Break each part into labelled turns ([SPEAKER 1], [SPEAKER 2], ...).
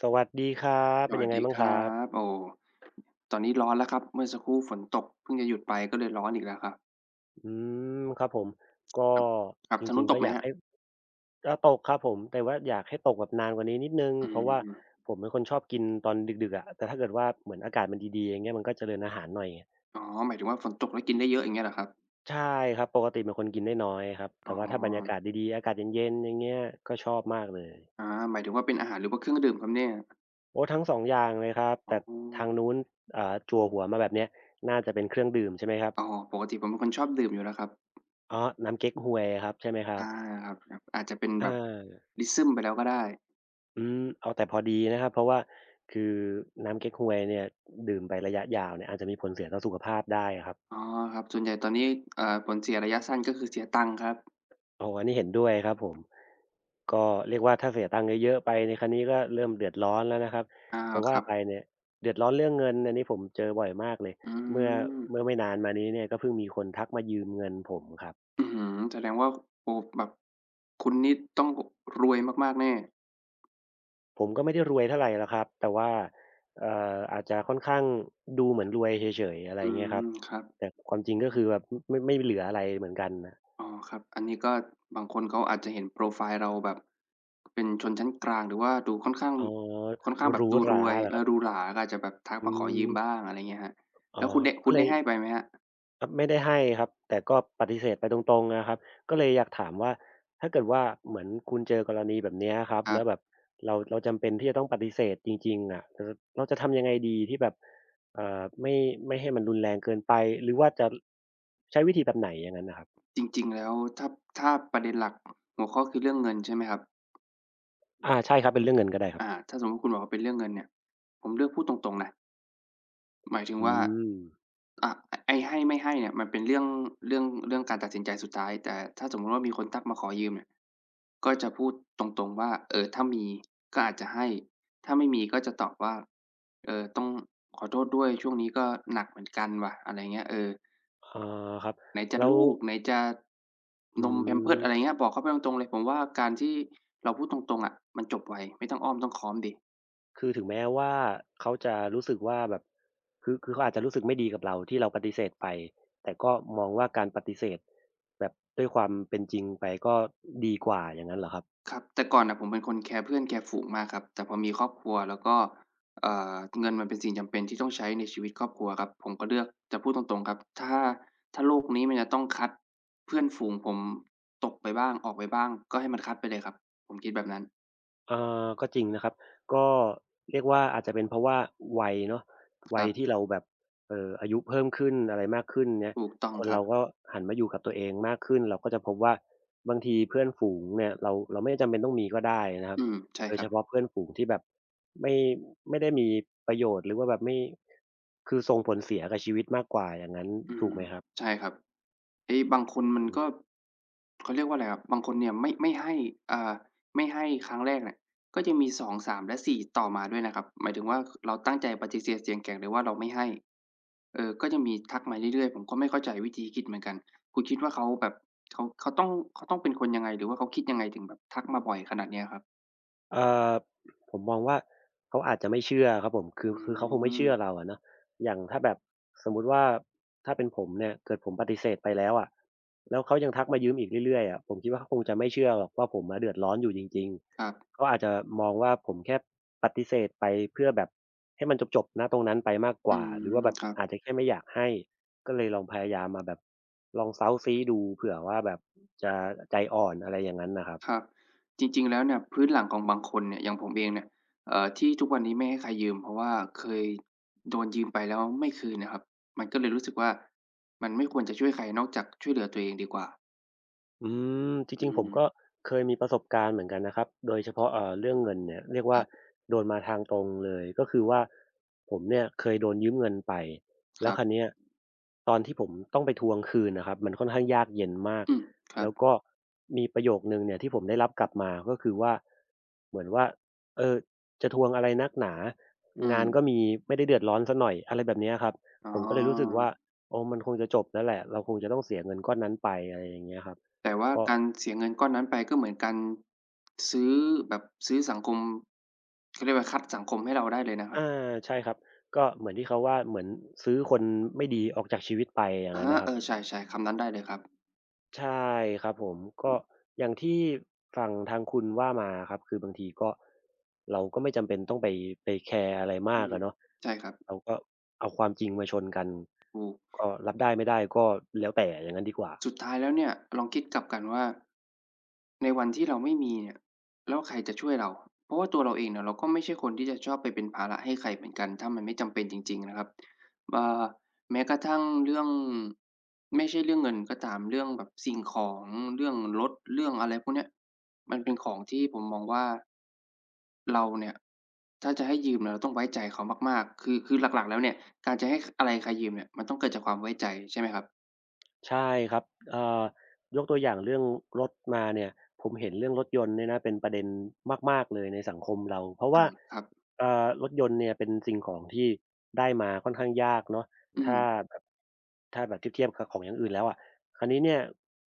[SPEAKER 1] สวัสดีครับ
[SPEAKER 2] ส
[SPEAKER 1] เป็น
[SPEAKER 2] วัส
[SPEAKER 1] ยังไง
[SPEAKER 2] ดี
[SPEAKER 1] บ้าง
[SPEAKER 2] ค
[SPEAKER 1] ครั
[SPEAKER 2] รั
[SPEAKER 1] บ
[SPEAKER 2] บโอ้ตอนนี้ร้อนแล้วครับเมื่อสักครู่ฝนตกเพิ่งจะหยุดไปก็เลยร้อนอีกแล้วครับ
[SPEAKER 1] อืมครับผมก็
[SPEAKER 2] ครับครับ
[SPEAKER 1] จ
[SPEAKER 2] ทาง
[SPEAKER 1] ริ
[SPEAKER 2] นู้
[SPEAKER 1] ง
[SPEAKER 2] นต
[SPEAKER 1] ๆก็
[SPEAKER 2] กไหม
[SPEAKER 1] อยา
[SPEAKER 2] ค
[SPEAKER 1] ก
[SPEAKER 2] รับ
[SPEAKER 1] ให้ก็ตกครับผมแต่ว่าอยากให้ตกแบบนานกว่านี้นิดหนึ่ง
[SPEAKER 2] อื
[SPEAKER 1] เพราะว่า
[SPEAKER 2] ม
[SPEAKER 1] ผมเป็นคนชอบกินตอนดึกๆอะแต่ถ้าเกิดว่าเหมือนอากาศมันดีๆอย่างเงี้ยมันก็เจริญอาหารหน่อย
[SPEAKER 2] อ๋อหมายถึงว่าฝนตกแล้วกินได้เยอะอย่างเงี้ยเหรอครับ
[SPEAKER 1] ใช่ครับปกติเป็นคนกินได้น้อยครับ
[SPEAKER 2] อ๋
[SPEAKER 1] แต่
[SPEAKER 2] อ
[SPEAKER 1] ว่าถ้าบรรยากาศดีๆอากาศเย็นๆอย่างเงี้ยก็ชอบมากเลย
[SPEAKER 2] อาหมายถึงว่าเป็นอาหารหรือว่าเครื่องดื่มครับเนี่ย
[SPEAKER 1] โอ้ทั้ง2องอย่างเลยครับ
[SPEAKER 2] อ๋
[SPEAKER 1] แต่ทาง
[SPEAKER 2] อ
[SPEAKER 1] นู้นจั่วหัวมาแบบเนี้ยน่าจะเป็นเครื่องดื่มใช่ไหมครับ
[SPEAKER 2] อ๋อปกติผมเป็นคนชอบดื่มอยู่แล้วครับ
[SPEAKER 1] อ๋อน้ำเก๊กฮวยครับใช่ไหมครับ
[SPEAKER 2] อาครับๆอาจจะเป็น
[SPEAKER 1] อ
[SPEAKER 2] แบบ
[SPEAKER 1] า
[SPEAKER 2] l ซึมไปแล้วก็ได้
[SPEAKER 1] อืมเอาแต่พอดีนะครับเพราะว่าคือน้ำเก๊กฮวยเนี่ยดื่มไประยะยาวเนี่ยอาจจะมีผลเสียต่อสุขภาพได้อะครับ
[SPEAKER 2] อ๋อครับส่วนใหญ่ตอนนี้ผลเสียระยะสั้นก็คือเสียตังค์ครับ
[SPEAKER 1] โอ้โฮอันนี้เห็นด้วยครับผมก็เรียกว่าถ้าเสียตังค์เยอะๆไปในคราวนี้ก็เริ่มเดือดร้อนแล้วนะครับ
[SPEAKER 2] อา
[SPEAKER 1] จะ
[SPEAKER 2] ค
[SPEAKER 1] ว่า
[SPEAKER 2] รับ
[SPEAKER 1] ไปเนี่ยเดือดร้อนเรื่องเงินอันนี้ผมเจอบ่อยมากเลย
[SPEAKER 2] อื
[SPEAKER 1] เมื่อ
[SPEAKER 2] ม
[SPEAKER 1] เมื่อไม่นานมานี้เนี่ยก็เพิ่งมีคนทักมายืมเงินผมครับ
[SPEAKER 2] อื้อฮือแสดงว่าโอ้แบบคุณนี่ต้องรวยมากๆแน่
[SPEAKER 1] ผมก็ไม่ได้รวยเท่าไรหรอกครับแต่ว่าเอ่ออาจจะค่อนข้างดูเหมือนรวยเฉยๆอะไรอ
[SPEAKER 2] อื
[SPEAKER 1] ย่างเงี้ยครับ
[SPEAKER 2] มครับ
[SPEAKER 1] แต่ความจริงก็คือแบบไม่เหลืออะไรเหมือนกันน่ะ
[SPEAKER 2] อ๋อครับอันนี้ก็บางคนเขาอาจจะเห็นโพรไฟล์เราแบบเป็นชนชั้นกลางหรือว่าดูค่อนข้าง
[SPEAKER 1] อ๋อ
[SPEAKER 2] ค่อนข้าง
[SPEAKER 1] ห
[SPEAKER 2] แบบ
[SPEAKER 1] รู
[SPEAKER 2] ดู
[SPEAKER 1] ห
[SPEAKER 2] ร
[SPEAKER 1] รา
[SPEAKER 2] วย
[SPEAKER 1] เหรอ
[SPEAKER 2] เอ
[SPEAKER 1] ครั
[SPEAKER 2] อดู
[SPEAKER 1] บ
[SPEAKER 2] หราก็อาจจะแบบทัก
[SPEAKER 1] อื
[SPEAKER 2] มาขอยื
[SPEAKER 1] ม
[SPEAKER 2] มบ้างอะไรเงี้ยครับ
[SPEAKER 1] อ๋อ
[SPEAKER 2] แล้วคุณได้
[SPEAKER 1] ก็
[SPEAKER 2] คุณ
[SPEAKER 1] เล
[SPEAKER 2] ได้
[SPEAKER 1] ย
[SPEAKER 2] ให้ไปไหมครับ
[SPEAKER 1] ครับไม่ได้ให้ครับแต่ก็ปฏิเสธไปตรงๆนะครับก็เลยอยากถามว่าถ้าเกิดว่าเหมือนคุณเจอกรณีแบบเนี้ยครับ
[SPEAKER 2] ครั
[SPEAKER 1] แล้วแบ
[SPEAKER 2] บ
[SPEAKER 1] บเราจำเป็นที่จะต้องปฏิเสธจริงๆอะเราจะทำยังไงดีที่แบบเอ่อไม่ไม่ให้มันรุนแรงเกินไปหรือว่าจะใช้วิธีแบบไหนอย่างนั้นน่ะครับ
[SPEAKER 2] จริงๆแล้วถ้าถ้าประเด็นหลักหัวข้อคือเรื่องเงินใช่ไหมครับ
[SPEAKER 1] อาใช่ครับเป็นเรื่องเงินก็ได้ครับ
[SPEAKER 2] อ่าถ้าสมมุติคุณบอกว่าเป็นเรื่องเงินเนี่ยผมเลือกพูดตรงๆนะ หมายถึง
[SPEAKER 1] อื
[SPEAKER 2] ว่า
[SPEAKER 1] ม
[SPEAKER 2] อะไอ้ให้ไม่ให้เนี่ยมันเป็นเรื่องเรื่องการตัดสินใจสุดท้ายแต่ถ้าสมมุติว่ามีคนทักมาขอยืมเนี่ยก็จะพูดตรงๆว่าเออถ้ามีก็อาจจะให้ถ้าไม่มีก็จะตอบว่าเออต้องขอโทษด้วยช่วงนี้ก็หนักเหมือนกันว่ะอะไรเงี้ยเออ
[SPEAKER 1] อ๋อครับ
[SPEAKER 2] ไหนจะ
[SPEAKER 1] แล้ว
[SPEAKER 2] ลูกไหนจะ
[SPEAKER 1] อื
[SPEAKER 2] นม Pampers
[SPEAKER 1] ม
[SPEAKER 2] อะไรเงี้ยบอกเขาไปตรงๆเลยผมว่าการที่เราพูดตรงๆอะมันจบไวไม่ต้องอ้อมต้องค้อมดี
[SPEAKER 1] คือถึงแม้ว่าเขาจะรู้สึกว่าแบบคือเขาอาจจะรู้สึกไม่ดีกับเราที่เราปฏิเสธไปแต่ก็มองว่าการปฏิเสธแบบด้วยความเป็นจริงไปก็ดีกว่าอย่างนั้นเหรอครับ
[SPEAKER 2] ครับแต่ก่อนน่ะผมเป็นคนแคร์เพื่อนแคร์ฝูงมากครับแต่พอมีครอบครัวแล้วก็เงินมันเป็นสิ่งจำเป็นที่ต้องใช้ในชีวิตครอบครัวครับผมก็เลือกจะพูดตรงๆครับถ้าโลกนี้มันจะต้องคัดเพื่อนฝูงผมตกไปบ้างออกไปบ้างก็ให้มันคัดไปเลยครับผมคิดแบบนั้น
[SPEAKER 1] เอ่ก็จริงนะครับก็เรียกว่าอาจจะเป็นเพราะว่าวัยเนาะ
[SPEAKER 2] ค
[SPEAKER 1] วั
[SPEAKER 2] รั
[SPEAKER 1] ยที่
[SPEAKER 2] บ
[SPEAKER 1] เราแบบอายุเพิ่มขึ้นอะไรมากขึ้นเนี่ย
[SPEAKER 2] ถูกต้อง
[SPEAKER 1] คน
[SPEAKER 2] ครับ
[SPEAKER 1] เราก็หันมาอยู่กับตัวเองมากขึ้นเราก็จะพบว่าบางทีเพื่อนฝูงเนี่ยเราไม่จำเป็นต้องมีก็ได้นะครับ
[SPEAKER 2] อืมใช่
[SPEAKER 1] โด
[SPEAKER 2] ค
[SPEAKER 1] ย
[SPEAKER 2] รั
[SPEAKER 1] เฉ
[SPEAKER 2] บ
[SPEAKER 1] พาะเพื่อนฝูงที่แบบไม่ไม่ได้มีประโยชน์หรือว่าแบบไม่คือส่งผลเสียกับชีวิตมากกว่าอย่างงั้น
[SPEAKER 2] อื
[SPEAKER 1] ถูก
[SPEAKER 2] ม
[SPEAKER 1] ไหมครับ
[SPEAKER 2] ใช่ครับไอ้บางคน
[SPEAKER 1] อื
[SPEAKER 2] มันก็
[SPEAKER 1] ม
[SPEAKER 2] เขาเรียกว่าอะไรครับบางคนเนี่ยไม่ให้อ่าไม่ให้ครั้งแรกเนี่ยก็จะมี2 3และ4ต่อมาด้วยนะครับหมายถึงว่าเราตั้งใจปฏิเสธเสียงแข็งเลยว่าเราไม่ให้ก็จะมีทักมาเรื่อยๆผมก็ไม่เข้าใจวิธีคิดเหมือนกันคุณคิดว่าเขาแบบเขาเขาต้องเขาต้องเป็นคนยังไงหรือว่าเขาคิดยังไงถึงแบบทักมาบ่อยขนาดเนี้ยครับ
[SPEAKER 1] เอ่อผมมองว่าเขาอาจจะไม่เชื่อครับผมคือ
[SPEAKER 2] อื
[SPEAKER 1] คือเขาคงไม่
[SPEAKER 2] ม
[SPEAKER 1] เชื่อเราอะเนาะอย่างถ้าแบบสมมุติว่าถ้าเป็นผมเนี่ยเกิดผมปฏิเสธไปแล้วอะแล้วเขายังทักมายืมอีกเรื่อยๆอะผมคิดว่าเขาคงจะไม่เชื่อหรอกว่าผมอะเดือดร้อนอยู่จริง
[SPEAKER 2] ครับ
[SPEAKER 1] ๆเขาอาจจะมองว่าผมแค่ปฏิเสธไปเพื่อแบบให้มันจบๆณตรงนั้นไปมากก
[SPEAKER 2] อื
[SPEAKER 1] ว่าหรือว่า
[SPEAKER 2] ม
[SPEAKER 1] แบบ
[SPEAKER 2] ครับ
[SPEAKER 1] อาจจะแค่ไม่อยากให้ก็เลยลองพยายามมาแบบลองเซ้าซี้ดูเผื่อว่าแบบจะใจอ่อนอะไรอย่างงั้นน่ะครับ
[SPEAKER 2] ครับจริงๆแล้วเนี่ยพื้นหลังของบางคนเนี่ยอย่างผมเองเนี่ยที่ทุกวันนี้ไม่ให้ใครยืมเพราะว่าเคยโดนยืมไปแล้วไม่คืนน่ะครับมันก็เลยรู้สึกว่ามันไม่ควรจะช่วยใครนอกจากช่วยเหลือตัวเองดีกว่า
[SPEAKER 1] อืมจ
[SPEAKER 2] อื
[SPEAKER 1] ริงๆผม
[SPEAKER 2] ม
[SPEAKER 1] ก็เคยมีประสบการณ์เหมือนกันนะครับ โดยเฉพาะเรื่องเงินเนี่ยเรียก
[SPEAKER 2] ค
[SPEAKER 1] ว่า
[SPEAKER 2] รับ
[SPEAKER 1] โดนมาทางตรงเลยก็คือว่าผมเนี่ยเคยโดนยืมเงินไป
[SPEAKER 2] ค
[SPEAKER 1] แล้ว
[SPEAKER 2] รับ
[SPEAKER 1] คราวเนี้ยตอนที่ผมต้องไปทวงคืนน่ะครับมันค่อนข้างยากเย็นมาก
[SPEAKER 2] อืมครับ
[SPEAKER 1] แล้วก็มีประโยคหนึ่งเนี่ยที่ผมได้รับกลับมาก็คือว่าเหมือนว่าเออจะทวงอะไรนักหนา
[SPEAKER 2] อื
[SPEAKER 1] งา
[SPEAKER 2] ม
[SPEAKER 1] นก็มีไม่ได้เดือดร้อนเสียหน่อยอะไรแบบเนี้ยครับ
[SPEAKER 2] อ๋
[SPEAKER 1] ผมก็เลยรู้สึก
[SPEAKER 2] อ
[SPEAKER 1] ว่าโอ้มันคงจะจบแล้วแหละเราคงจะต้องเสียเงินก้อนนั้นไปอะไรอย่างเงี้ยครับ
[SPEAKER 2] แต่ว่า
[SPEAKER 1] ก็
[SPEAKER 2] การเสียเงินก้อนนั้นไปก็เหมือนการซื้อแบบซื้อสังคมเขาเรียกว่าคัดสังคมให้เราได้เลยนะครั
[SPEAKER 1] อ
[SPEAKER 2] บ
[SPEAKER 1] าใช่ครับก็เหมือนที่เขาว่าเหมือนซื้อคนไม่ดีออกจากชีวิตไปอย่าง
[SPEAKER 2] อา
[SPEAKER 1] งั้นนะค
[SPEAKER 2] เอ
[SPEAKER 1] รับ
[SPEAKER 2] อใช่ๆคำนั้นได้เลยครับ
[SPEAKER 1] ใช่ครับผมก็อย่างที่ฝั่งทางคุณว่ามาครับคือบางทีก็เราก็ไม่จำเป็นต้องไปไปแคร์อะไร
[SPEAKER 2] อื
[SPEAKER 1] มาก
[SPEAKER 2] ม
[SPEAKER 1] อะเนาะ
[SPEAKER 2] ใช่ครับ
[SPEAKER 1] เราก็เอาความจริงมาชนกัน
[SPEAKER 2] ถูก
[SPEAKER 1] ก็รับได้ไม่ได้ก็แล้วแต่อย่างงั้นดีกว่า
[SPEAKER 2] สุดท้ายแล้วเนี่ยลองคิดกลับกันว่าในวันที่เราไม่มีเนี่ยแล้วใครจะช่วยเราเพราะว่าตัวเราเองเนี่ยเราก็ไม่ใช่คนที่จะชอบไปเป็นภาระให้ใครเหมือนกันถ้ามันไม่จำเป็นจริงๆนะครับอ่าแม้กระทั่งเรื่องไม่ใช่เรื่องเงินก็ตามเรื่องแบบสิ่งของเรื่องรถเรื่องอะไรพวกเนี้ยมันเป็นของที่ผมมองว่าเราเนี่ยถ้าจะให้ยืมเนี่ยเราต้องไว้ใจเขามากๆคือหลักๆแล้วเนี่ยการจะให้คอะไรใครยืมเนี่ยมันต้องเกิดจากความไว้ใจใช่ไหมครับ
[SPEAKER 1] ใช่ครับเอ่อยกตัวอย่างเรื่องรถมาเนี่ยผมเห็นเรื่องรถยนต์เนี่ยนะเป็นประเด็นมากๆเลยในสังคมเราเพราะ
[SPEAKER 2] อา
[SPEAKER 1] ว่า
[SPEAKER 2] ครับ
[SPEAKER 1] รถยนต์เนี่ยเป็นสิ่งของที่ได้มาค่อนข้างยากเนาะ
[SPEAKER 2] อืม
[SPEAKER 1] ถ้าแบบถ้าแบบเทียบกับของอย่างอื่นแล้วอะคราวนี้เนี่ย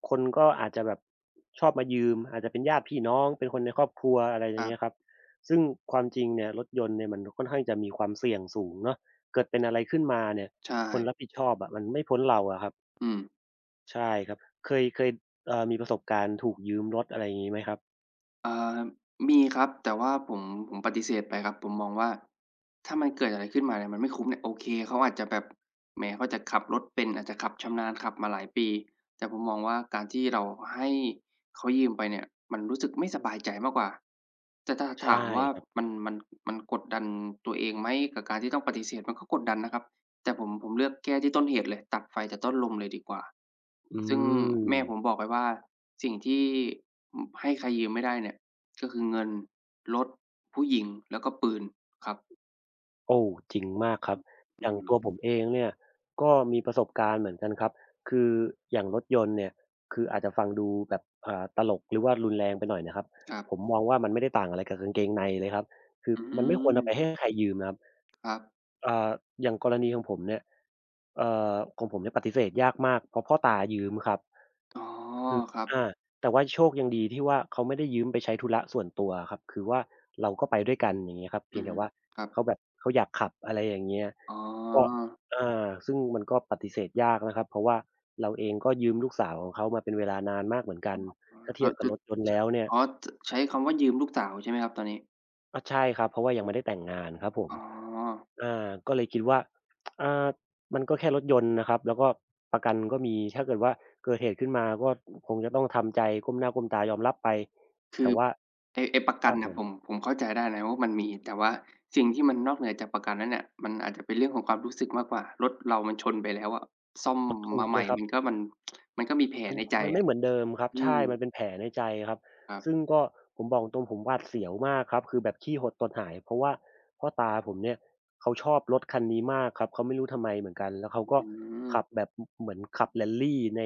[SPEAKER 1] คนก็อาจจะแบบชอบมายืมอาจจะเป็นญาติพี่น้องเป็นคนในครอบครัวอะไรอ
[SPEAKER 2] ค
[SPEAKER 1] ย่า
[SPEAKER 2] รั
[SPEAKER 1] ง
[SPEAKER 2] บ
[SPEAKER 1] เงี้ยครับซึ่งความจริงเนี่ยรถยนต์เนี่ยมันค่อนข้างจะมีความเสี่ยงสูงเนาะเกิดเป็นอะไรขึ้นมาเนี่ย
[SPEAKER 2] ใช่
[SPEAKER 1] คนรับผิดชอบอะมันไม่พ้นเราอะครับ
[SPEAKER 2] อืม
[SPEAKER 1] ใช่ครับเคยมีประสบการณ์ถูกยืมรถอะไรอย่างงี้ไหมครับ
[SPEAKER 2] อ่ามีครับแต่ว่าผมปฏิเสธไปครับผมมองว่าถ้ามันเกิดอะไรขึ้นมาเนี่ยมันไม่คุ้มเนี่ยโอเคเขาอาจจะแบบแหมเขาอาจจะขับรถเป็นอาจจะขับชำนาญขับมาหลายปีแต่ผมมองว่าการที่เราให้เขายืมไปเนี่ยมันรู้สึกไม่สบายใจมากกว่าแต่ถ้า
[SPEAKER 1] ใช่
[SPEAKER 2] ถามว่า
[SPEAKER 1] ครับ
[SPEAKER 2] มันมันกดดันตัวเองไหมกับการที่ต้องปฏิเสธมันก็กดดันนะครับ แต่ผมเลือกแก้ที่ต้นเหตุเลยตัดไฟจากต้นลมเลยดีกว่า
[SPEAKER 1] อื
[SPEAKER 2] ซึ่ง
[SPEAKER 1] ม
[SPEAKER 2] แม่ผมบอกไว้ว่าสิ่งที่ให้ใครยืมไม่ได้เนี่ยก็คือเงินรถผู้หญิงแล้วก็ปืนครับ
[SPEAKER 1] โอ้จริงมากครับอ
[SPEAKER 2] อื
[SPEAKER 1] ย่าง
[SPEAKER 2] ม
[SPEAKER 1] ตัวผมเองเนี่ยก็มีประสบการณ์เหมือนกันครับคืออย่างรถยนต์เนี่ยคืออาจจะฟังดูแบบตลกหรือว่ารุนแรงไปหน่อยนะครับ
[SPEAKER 2] ครั
[SPEAKER 1] ผม
[SPEAKER 2] บ
[SPEAKER 1] มองว่ามันไม่ได้ต่างอะไรกับกางเกงในเลยครับคือ
[SPEAKER 2] อื
[SPEAKER 1] มันไม่ควร
[SPEAKER 2] ม
[SPEAKER 1] เอาไปให้ใครยืมนะครับ
[SPEAKER 2] ครับ
[SPEAKER 1] อ่าอย่างกรณีของผมเนี่ยของผมเนี่ยปฏิเสธยากมากเพราะพ่อตายืมครับ
[SPEAKER 2] อ๋อ
[SPEAKER 1] คือ
[SPEAKER 2] ครับ
[SPEAKER 1] อาแต่ว่าโชคยังดีที่ว่าเขาไม่ได้ยืมไปใช้ธุระส่วนตัวอะครับ คือว่าเราก็ไปด้วยกันอย่างเงี้ยครับ
[SPEAKER 2] อื
[SPEAKER 1] เพียง
[SPEAKER 2] ม
[SPEAKER 1] แต่ว่า
[SPEAKER 2] ครับ
[SPEAKER 1] เขาแบบเขาอยากขับอะไรอย่างเงี้ย
[SPEAKER 2] อ๋อ
[SPEAKER 1] ก็อซึ่งมันก็ปฏิเสธยากนะครับ เพราะว่าเราเองก็ยืมลูกสาวของเขามาเป็นเวลานานมากเหมือนกั
[SPEAKER 2] อ๋อ
[SPEAKER 1] น ถ้า
[SPEAKER 2] อ๋ออ๋
[SPEAKER 1] เที
[SPEAKER 2] อ
[SPEAKER 1] ยบกับ
[SPEAKER 2] จะ
[SPEAKER 1] รถยนต์
[SPEAKER 2] ช
[SPEAKER 1] แล้วเนี่ย
[SPEAKER 2] อ๋อจใช้คำว่ายืมลูกสาวใช่ไหมครับตอนนี้
[SPEAKER 1] ใช่ครับเพราะว่ายังไม่ได้แต่งงานครับผม
[SPEAKER 2] อ๋อ
[SPEAKER 1] อาก็เลยคิดว่าอ่ามันก็แค่รถยนต์นะครับแล้วก็ประกันก็มีถ้าเกิดว่าเกิดเหตุขึ้นมาก็คงจะต้องทำใจก้มหน้าก้มตายอมรับไป
[SPEAKER 2] คื
[SPEAKER 1] แต่
[SPEAKER 2] อ
[SPEAKER 1] ว่า
[SPEAKER 2] ไอ้ประ
[SPEAKER 1] ค
[SPEAKER 2] กัน
[SPEAKER 1] รับผ
[SPEAKER 2] น่ะผม
[SPEAKER 1] ม
[SPEAKER 2] ผมเข้าใจได้นะว่ามันมีแต่ว่าสิ่งที่มันนอกเหนือจากประกันนั้นเนี่ยมันอาจจะเป็นเรื่องของความรู้สึกมากกว่ารถเรามันชนไปแล้วอะซ่อม
[SPEAKER 1] ถู
[SPEAKER 2] มา
[SPEAKER 1] ก
[SPEAKER 2] ให
[SPEAKER 1] เล
[SPEAKER 2] ม่
[SPEAKER 1] ยครับ
[SPEAKER 2] มันก็มันก็มีแผล
[SPEAKER 1] มัน
[SPEAKER 2] ในใจ
[SPEAKER 1] มันไม่
[SPEAKER 2] อะ
[SPEAKER 1] เหมือนเดิมครับ
[SPEAKER 2] อืม
[SPEAKER 1] ใช่มันเป็นแผลในใจครับ
[SPEAKER 2] ครับ
[SPEAKER 1] ซึ่งก็ผมบอกตรงๆผมหวาดเสียวมากครับคือแบบขี้หดตดหายเพราะว่าพ่อตาผมเนี่ยเขาชอบรถคันนี้มากครับเขาไม่รู้ทำไมเหมือนกันแล้วเขาก็
[SPEAKER 2] อืม
[SPEAKER 1] ขับแบบเหมือนขับ Rally ใน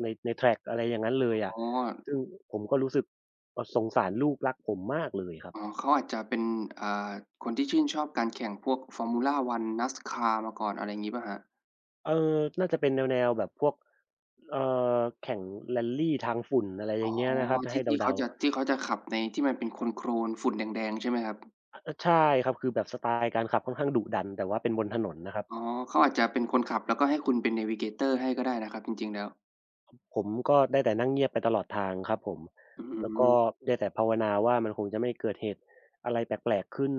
[SPEAKER 1] ในใน track อะไรอย่างงั้นเลยอะ
[SPEAKER 2] อ๋อ
[SPEAKER 1] ซึ่งผมก็รู้สึกสงสารลูกรักผมมากเลยครับ
[SPEAKER 2] อ๋อเขาอาจจะเป็นอ่าคนที่ชื่นชอบการแข่งพวก Formula 1 NASCAR มาก่อนอะไรงี้เปล่าครับ
[SPEAKER 1] น่าจะเป็นแนวๆแบบพวกเอ่อแข่ง Rally ทางฝุ่นอะไรอ
[SPEAKER 2] อ๋อ
[SPEAKER 1] ย่างเงี้ยนะครับถ้าให้เดาๆ
[SPEAKER 2] ที่เขาจะขับในที่มันเป็นโคลนๆฝุ่นแดงๆใช่ไหมครับ
[SPEAKER 1] เออใช่ครับคือแบบสไตล์การขับค่อนข้างดุดันแต่ว่าเป็นบนถนนนะครับ
[SPEAKER 2] อ๋อเขาอาจจะเป็นคนขับแล้วก็ให้คุณเป็น Navigator ให้ก็ได้นะครับจริงๆแล้ว
[SPEAKER 1] ผมก็ได้แต่นั่งเงียบไปตลอดทางครับผม
[SPEAKER 2] อื
[SPEAKER 1] แล้วก็
[SPEAKER 2] ม
[SPEAKER 1] ได้แต่ภาวนาว่ามันคงจะไม่เกิดเหตุอะไรแปลกๆขึ้น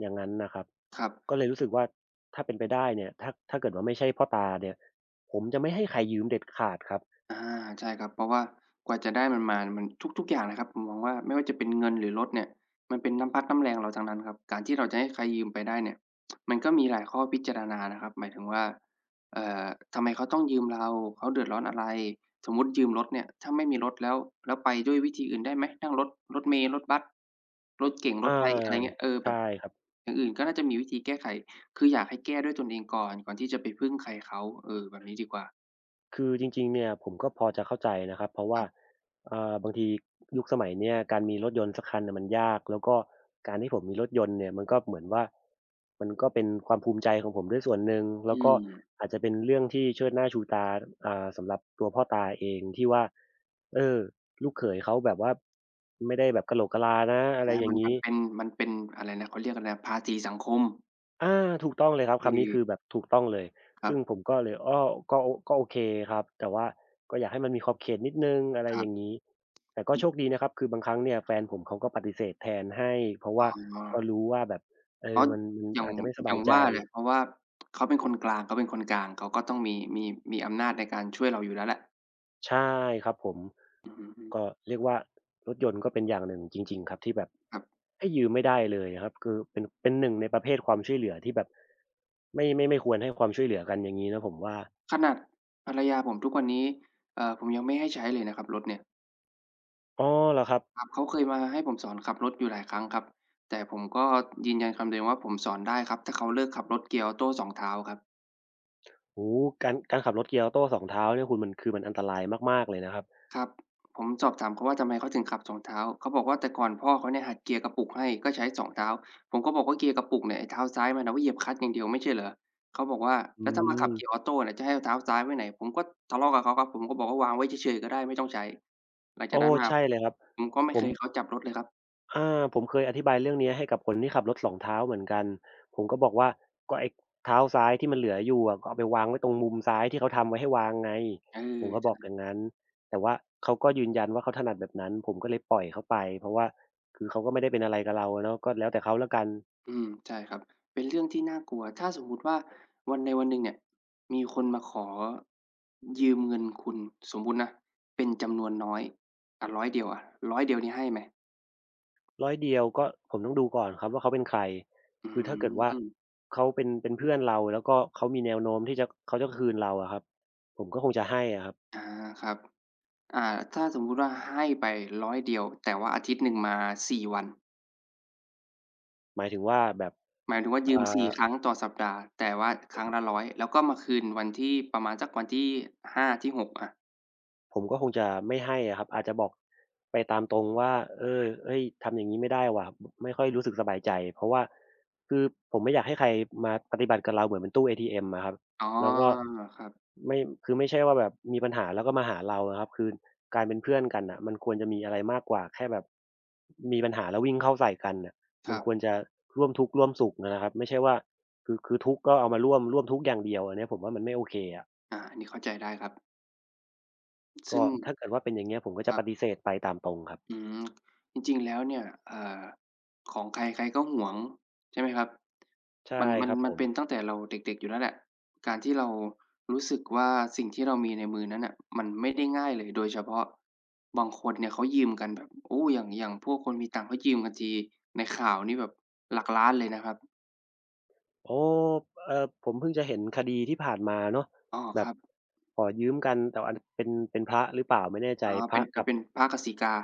[SPEAKER 1] อย่างงั้นนะครับ
[SPEAKER 2] ครับ
[SPEAKER 1] ก็เลยรู้สึกว่าถ้าเป็นไปได้เนี่ยถ้าเกิดว่าไม่ใช่พ่อตาเนี่ยผมจะไม่ให้ใครยืมเด็ดขาดครับ
[SPEAKER 2] อาใช่ครับเพราะว่ากว่าจะได้มันมามันทุกๆอย่างนะครับผมมองว่าไม่ว่าจะเป็นเงินหรือรถเนี่ยมันเป็นน้ำพักน้ำแรงเราทั้งนั้นครับการที่เราจะให้ใครยืมไปได้เนี่ยมันก็มีหลายข้อพิจารณานะครับหมายถึงว่าเอ่อทำไมเขาต้องยืมเราเขาเดือดร้อนอะไรสมมุติยืมรถเนี่ยถ้าไม่มีรถแล้วแล้วไปด้วยวิธีอื่นได้ไหมนั่งรถรถเมล์รถบัสรถเก๋งร
[SPEAKER 1] อา
[SPEAKER 2] ถไฟอะไรเงี้ยเออแบ
[SPEAKER 1] ใช่
[SPEAKER 2] บ
[SPEAKER 1] ครับ
[SPEAKER 2] อย่างอื่นก็น่าจะมีวิธีแก้ไขคืออยากให้แก้ด้วยตนเองก่อนก่อนที่จะไปพึ่งใครเขาเออแบบนี้ดีกว่า
[SPEAKER 1] คือจริงๆเนี่ยผมก็พอจะเข้าใจนะครับเพราะ
[SPEAKER 2] ค
[SPEAKER 1] ว่า
[SPEAKER 2] รับ
[SPEAKER 1] บางทียุคสมัยเนี่ยการมีรถยนต์สักคันน่ะมันยากแล้วก็การที่ผมมีรถยนต์เนี่ยมันก็เหมือนว่ามันก็เป็นความภูมิใจของผมด้วยส่วนหนึ่งแล้ว
[SPEAKER 2] อื
[SPEAKER 1] ก็
[SPEAKER 2] ม
[SPEAKER 1] อาจจะเป็นเรื่องที่เชิดหน้าชูตาสำหรับตัวพ่อตาเองที่ว่าเออลูกเขยเขาแบบว่าไม่ได้แบบกะโหลกกะลานะอะไร
[SPEAKER 2] อา
[SPEAKER 1] อ
[SPEAKER 2] มั
[SPEAKER 1] ย่า
[SPEAKER 2] น
[SPEAKER 1] ง
[SPEAKER 2] มั
[SPEAKER 1] งี้
[SPEAKER 2] นเป็นมันเป็นอะไรนะเขาเรียกอะไรนะภาษีสังคม
[SPEAKER 1] ถูกต้องเลยครับ
[SPEAKER 2] คือ
[SPEAKER 1] คำนี้คือแบบถูกต้องเลย
[SPEAKER 2] ครั
[SPEAKER 1] ซึ่งผ
[SPEAKER 2] บ
[SPEAKER 1] มก็เลยอ้อก็โอเคครับแต่ว่าก็อยากให้มันมีขอบเขตนิดหนึ่งอะไร
[SPEAKER 2] ครั
[SPEAKER 1] อย่าง
[SPEAKER 2] บ
[SPEAKER 1] งี้แต่ก็โชค
[SPEAKER 2] อ
[SPEAKER 1] ดีนะครับคือบางครั้งเนี่ยแฟนผมเขาก็ปฏิเสธแทนให้เพราะ
[SPEAKER 2] อ๋
[SPEAKER 1] ว่า
[SPEAKER 2] อ
[SPEAKER 1] ก็รู้ว่าแบบเอ
[SPEAKER 2] เพ
[SPEAKER 1] อ
[SPEAKER 2] ราะ
[SPEAKER 1] มันมัน
[SPEAKER 2] อย่าง
[SPEAKER 1] อาจจะไม่ส
[SPEAKER 2] อ
[SPEAKER 1] บา
[SPEAKER 2] ย่า
[SPEAKER 1] ย
[SPEAKER 2] ง
[SPEAKER 1] ใจ
[SPEAKER 2] ว่าแหละเพราะว่าเขาเป็นคนกลางเขาก็ต้องมีอำนาจในการช่วยเราอยู่แล้วแหละ
[SPEAKER 1] ใช่ครับผม
[SPEAKER 2] อือฮึ
[SPEAKER 1] ก็เรียกว่ารถยนต์ก็เป็นอย่างหนึ่งจริงๆครับที่แบบ
[SPEAKER 2] ครับ
[SPEAKER 1] ให้ยืมไม่ได้เลยครับคือเป็นหนึ่งในประเภทความช่วยเหลือที่แบบไม่ควรให้ความช่วยเหลือกันอย่างงี้นะผมว่า
[SPEAKER 2] ขนาดภรรยาผมทุกวันนี้ผมยังไม่ให้ใช้เลยนะครับรถเนี่ย
[SPEAKER 1] อ๋อเหรอครับ
[SPEAKER 2] ครับเขาเคยมาให้ผมสอนขับรถอยู่หลายครั้งครับแต่ผมก็ยืนยันคำเดิมว่าผมสอนได้ครับถ้าเขาเลิกขับรถเกียร์ออโต2เท้าครับ
[SPEAKER 1] โอ้โฮการขับรถเกียร์ออโต้2เท้าเนี่ยคุณมันคือมันอันตรายมากๆเลยนะครับ
[SPEAKER 2] ครับผมสอบถามเขาว่าทำไมเขาถึงขับ2เท้าเขาบอกว่าแต่ก่อนพ่อเขาเนี่ยหัดเกียร์กระปุกให้ก็ใช้สองเท้าผมก็บอกว่าเกียร์กระปุกเนี่ยไอ้เท้าซ้ายมันเอาไว้เหยียบคลัตช์อย่างเดียวไม่ใช่เหรอเขาบอกว่า
[SPEAKER 1] อื
[SPEAKER 2] แล้วถ้ามาขับ
[SPEAKER 1] ม
[SPEAKER 2] เกียร์ออโต้เนี่ยจะให้เอาเท้าซ้ายไว้ไหนผมก็ทะเลาะกับเขาครับผมก็บอกว่าวางไว้เฉยๆก็ได้ไม่ต้องใช้หลังจาก
[SPEAKER 1] โอ้
[SPEAKER 2] นั้นมา
[SPEAKER 1] ใช่เลยครับ
[SPEAKER 2] ผมก็ไม่
[SPEAKER 1] ผ
[SPEAKER 2] เค
[SPEAKER 1] ม
[SPEAKER 2] ยให้เขาจับรถเลยครับ
[SPEAKER 1] อาผมเคยอธิบายเรื่องเนี้ยให้กับคนที่ขับรถสองเท้าเหมือนกัน ผมก็บอกว่าก็ไอ้เท้าซ้ายที่มันเหลืออยู่อะก็เอาไปวางไว้ตรงมุมซ้ายที่เขาทำไว้ให้วางไง
[SPEAKER 2] เ
[SPEAKER 1] ผมก็บอก
[SPEAKER 2] ออ
[SPEAKER 1] อย่างงั้นแต่ว่าเขาก็ยืนยันว่าเขาถนัดแบบนั้นผมก็เลยปล่อยเขาไปเพราะว่าคือเขาก็ไม่ได้เป็นอะไรกับเราอะเนาะก็แล้วแต่เขาแล้วกัน
[SPEAKER 2] อืมใช่ครับเป็นเรื่องที่น่ากลัวถ้าสมมุติว่าวันใดวันหนึ่งเนี่ยมีคนมาขอยืมเงินคุณสมมุตินะเป็นจำนวนน้อยอาร้อยเดียวอะ100เดียวนี่ให้ไหม
[SPEAKER 1] ร้อยเดียวก็ผมต้องดูก่อนครับว่าเขาเป็นใคร
[SPEAKER 2] อื
[SPEAKER 1] คือถ้าเกิดว่า
[SPEAKER 2] ม
[SPEAKER 1] เขาเป็นเพื่อนเราแล้วก็เขามีแนวโน้มที่จะคืนเราอะครับผมก็คงจะให้อะครับ
[SPEAKER 2] อาครับอ่าถ้าสมมุติว่าให้ไป100เดียวแต่ว่าอาทิตย์หนึ่งมา4วัน
[SPEAKER 1] หมายถึงว่าแบบ
[SPEAKER 2] หมายถึงว่า
[SPEAKER 1] อ่
[SPEAKER 2] ยืม4ค
[SPEAKER 1] า
[SPEAKER 2] รั้งต่อสัปดาห์แต่ว่าครั้งละร้อยแล้วก็มาคืนวันที่ประมาณสักวันที่5ที่6อะ
[SPEAKER 1] ผมก็คงจะไม่ให้อะครับอาจจะบอกไปตามตรงว่าเออเฮ้ยทำอย่างงี้ไม่ได้ว่ะไม่ค่อยรู้สึกสบายใจเพราะว่าคือผมไม่อยากให้ใครมาปฏิบัติกับเราเหมือนเป็นตู้เอทีเอ็มอะครับ
[SPEAKER 2] อ๋อ
[SPEAKER 1] แล้วก็
[SPEAKER 2] ครับ
[SPEAKER 1] ไม่คือไม่ใช่ว่าแบบมีปัญหาแล้วก็มาหาเราอะครับคือการเป็นเพื่อนกันน่ะมันควรจะมีอะไรมากกว่าแค่แบบมีปัญหาแล้ววิ่งเข้าใส่กันน่ะ
[SPEAKER 2] ค
[SPEAKER 1] มัน
[SPEAKER 2] รับ
[SPEAKER 1] ควรจะร่วมทุกข์ร่วมสุขนะครับไม่ใช่ว่าคือทุกข์ก็เอามาร่วมทุกข์อย่างเดียวอันเนี้ยผมว่ามันไม่โอเคอะ
[SPEAKER 2] อาอันนี้เข้าใจได้ครับ
[SPEAKER 1] ก็
[SPEAKER 2] ซึ่ง
[SPEAKER 1] ถ้าเกิดว่าเป็นอย่างเงี้ยผมก็
[SPEAKER 2] ค
[SPEAKER 1] จะ
[SPEAKER 2] รั
[SPEAKER 1] ป
[SPEAKER 2] บ
[SPEAKER 1] ฏิเสธไปตามตรงครับ
[SPEAKER 2] อืมจริงๆแล้วเนี่ยอ่าของใครใครก็หวงใช่ไหมครับ
[SPEAKER 1] ใช่
[SPEAKER 2] มันมั
[SPEAKER 1] ค
[SPEAKER 2] น
[SPEAKER 1] รับ
[SPEAKER 2] มั
[SPEAKER 1] ผ
[SPEAKER 2] น
[SPEAKER 1] ม
[SPEAKER 2] เป็นตั้งแต่เราเด็กๆอยู่แล้วแหละการที่เรารู้สึกว่าสิ่งที่เรามีในมือนั้นน่ะมันไม่ได้ง่ายเลยโดยเฉพาะบางคนเนี่ยเขายืมกันแบบโอ้อย่างพวกคนมีตังค์เขายืมกันทีในข่าวนี่แบบหลักล้านเลยนะครับ
[SPEAKER 1] โอ้ผมเพิ่งจะเห็นคดีที่ผ่านมาเนาะ
[SPEAKER 2] อ้อ
[SPEAKER 1] แบ
[SPEAKER 2] ค
[SPEAKER 1] บ
[SPEAKER 2] รับ
[SPEAKER 1] ขอยืมกันแต่อันเป็นเป็นพระหรือเปล่าไม่แน่ใจ
[SPEAKER 2] อ๋อ
[SPEAKER 1] พ
[SPEAKER 2] เป็
[SPEAKER 1] ระ
[SPEAKER 2] น
[SPEAKER 1] กับ
[SPEAKER 2] พระกสิกา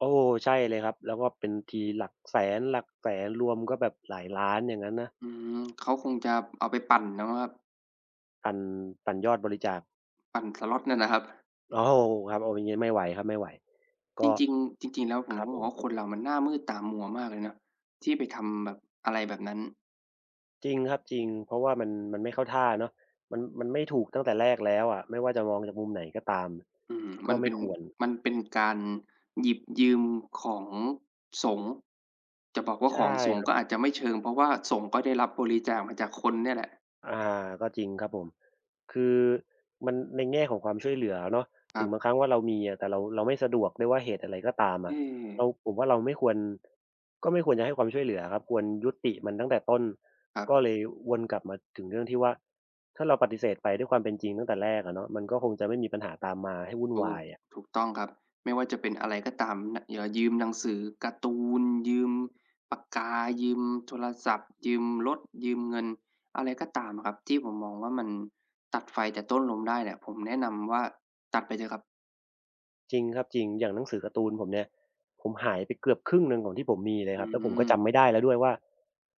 [SPEAKER 1] โอ้ใช่เลยครับแล้วก็เป็นทีหลักแสนหลักแสนรวมก็แบบหลายล้านอย่างงั้นนะ
[SPEAKER 2] อืมเขาคงจะเอาไปปั่นแล้วมั้งครับ
[SPEAKER 1] ปั่นปั่นยอดบริจาค
[SPEAKER 2] ปั่นสล็อตนั่นน่ะครับ
[SPEAKER 1] โอ้โฮครับโอ้อย่างงี้ไม่ไหวครับไม่ไหว
[SPEAKER 2] จ
[SPEAKER 1] ก็
[SPEAKER 2] ริงๆจริงๆแล้วผ
[SPEAKER 1] ค
[SPEAKER 2] ม
[SPEAKER 1] รับ
[SPEAKER 2] ก็บ
[SPEAKER 1] ผ
[SPEAKER 2] อก
[SPEAKER 1] ม
[SPEAKER 2] ว่าคนเรามันหน้ามืดตามัวมากเลยเนาะที่ไปทำแบบอะไรแบบนั้น
[SPEAKER 1] จริงครับจริงเพราะว่ามันมันไม่เข้าท่าเนาะมันมันไม่ถูกตั้งแต่แรกแล้วอะไม่ว่าจะมองจากมุมไหนก็ตาม
[SPEAKER 2] อืม
[SPEAKER 1] ก็
[SPEAKER 2] มันเป็
[SPEAKER 1] ไม่
[SPEAKER 2] น
[SPEAKER 1] ควร
[SPEAKER 2] มันเป็นการหยิบยืมของสงฆ์จะบอกว่าข
[SPEAKER 1] ใช่
[SPEAKER 2] องสง
[SPEAKER 1] ค
[SPEAKER 2] ฆ์
[SPEAKER 1] รั
[SPEAKER 2] ก็อาจ
[SPEAKER 1] บ
[SPEAKER 2] จะไม่เชิงเพราะว่าสงฆ์ก็ได้รับบริจาคมาจากคนเนี่ยแหละ
[SPEAKER 1] อาก็จริงครับผมคือมันในแง่ของความช่วยเหลือเนาะ
[SPEAKER 2] ค
[SPEAKER 1] ถึ
[SPEAKER 2] รับ
[SPEAKER 1] งบางครั้งว่าเรามีอะแต่เราเราไม่สะดวกด้วยว่าเหตุอะไรก็ตาม
[SPEAKER 2] เอ
[SPEAKER 1] อะเรา
[SPEAKER 2] อ
[SPEAKER 1] ผมว่าเราไม่ควรก็ไม่ควรจะให้ความช่วยเหลือครับควรยุติมันตั้งแต่ต้น
[SPEAKER 2] ครั
[SPEAKER 1] ก็
[SPEAKER 2] บ
[SPEAKER 1] เลยวนกลับมาถึงเรื่องที่ว่าถ้าเราปฏิเสธไปด้วยความเป็นจริงตั้งแต่แรกอะเนาะมันก็คงจะไม่มีปัญหาตามมาให้วุ่น
[SPEAKER 2] ถู
[SPEAKER 1] วา
[SPEAKER 2] ก
[SPEAKER 1] ยอะ
[SPEAKER 2] ถูกต้องครับ ไม่ว่าจะเป็นอะไรก็ตามนยืมหนังสือการ์ตูนยืมปากกา ยืมโทรศัพท์ ยืมรถยืมเงิน อะไรก็ตามอะครับ ที่ผมมองว่ามันตัดไฟแต่ต้นลมได้เนี่ยผมแนะนำว่าตัดไปเถอะครับ
[SPEAKER 1] จริงครับจริงอย่างหนังสือการ์ตูนผมเนี่ยผมหายไปเกือบครึ่งหนึ่งของที่ผมมีเลย
[SPEAKER 2] อื
[SPEAKER 1] ครับแล้วผมก็
[SPEAKER 2] ม
[SPEAKER 1] จำไม่ได้แล้วด้วยว่า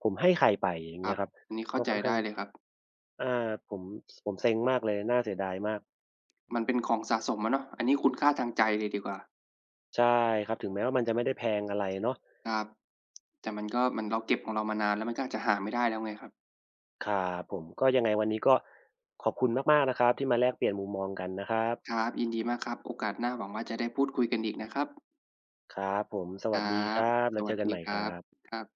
[SPEAKER 1] ผมให้ใครไปอย่า
[SPEAKER 2] ค
[SPEAKER 1] ง
[SPEAKER 2] รั
[SPEAKER 1] เงี้
[SPEAKER 2] บ
[SPEAKER 1] ยครับ
[SPEAKER 2] อันนี้เข้า
[SPEAKER 1] ก็
[SPEAKER 2] ใจ
[SPEAKER 1] ค่อนข้า
[SPEAKER 2] ได้
[SPEAKER 1] ง
[SPEAKER 2] เลยครับ
[SPEAKER 1] อ่าผมผมเซ็งมากเลยน่าเสียดายมาก
[SPEAKER 2] มันเป็นของสะสมอะเนาะอันนี้คุณค่าทางใจเลยดีกว่า
[SPEAKER 1] ใช่ครับถึงแม้ว่ามันจะไม่ได้แพงอะไรเนาะ
[SPEAKER 2] ครับแต่มันก็มันเราเก็บของเรามานานแล้วมันก็อาจจะหาไม่ได้แล้วไงครับ
[SPEAKER 1] ครับผมก็ยังไงวันนี้ก็ขอบคุณมากๆนะครับที่มาแลกเปลี่ยนมุมมองกันนะครับ
[SPEAKER 2] ครับยินดีมากครับโอกาสหน้าหวังว่าจะได้พูดคุยกันอีกนะครับ
[SPEAKER 1] ครับผมส
[SPEAKER 2] คร
[SPEAKER 1] วัสดี
[SPEAKER 2] ั
[SPEAKER 1] ค
[SPEAKER 2] บ
[SPEAKER 1] รับ
[SPEAKER 2] ส
[SPEAKER 1] แล้วเจ
[SPEAKER 2] วัส
[SPEAKER 1] อกัน
[SPEAKER 2] ดี
[SPEAKER 1] ใหม่
[SPEAKER 2] ค
[SPEAKER 1] ค
[SPEAKER 2] รั
[SPEAKER 1] รั
[SPEAKER 2] บ
[SPEAKER 1] บ
[SPEAKER 2] ครับ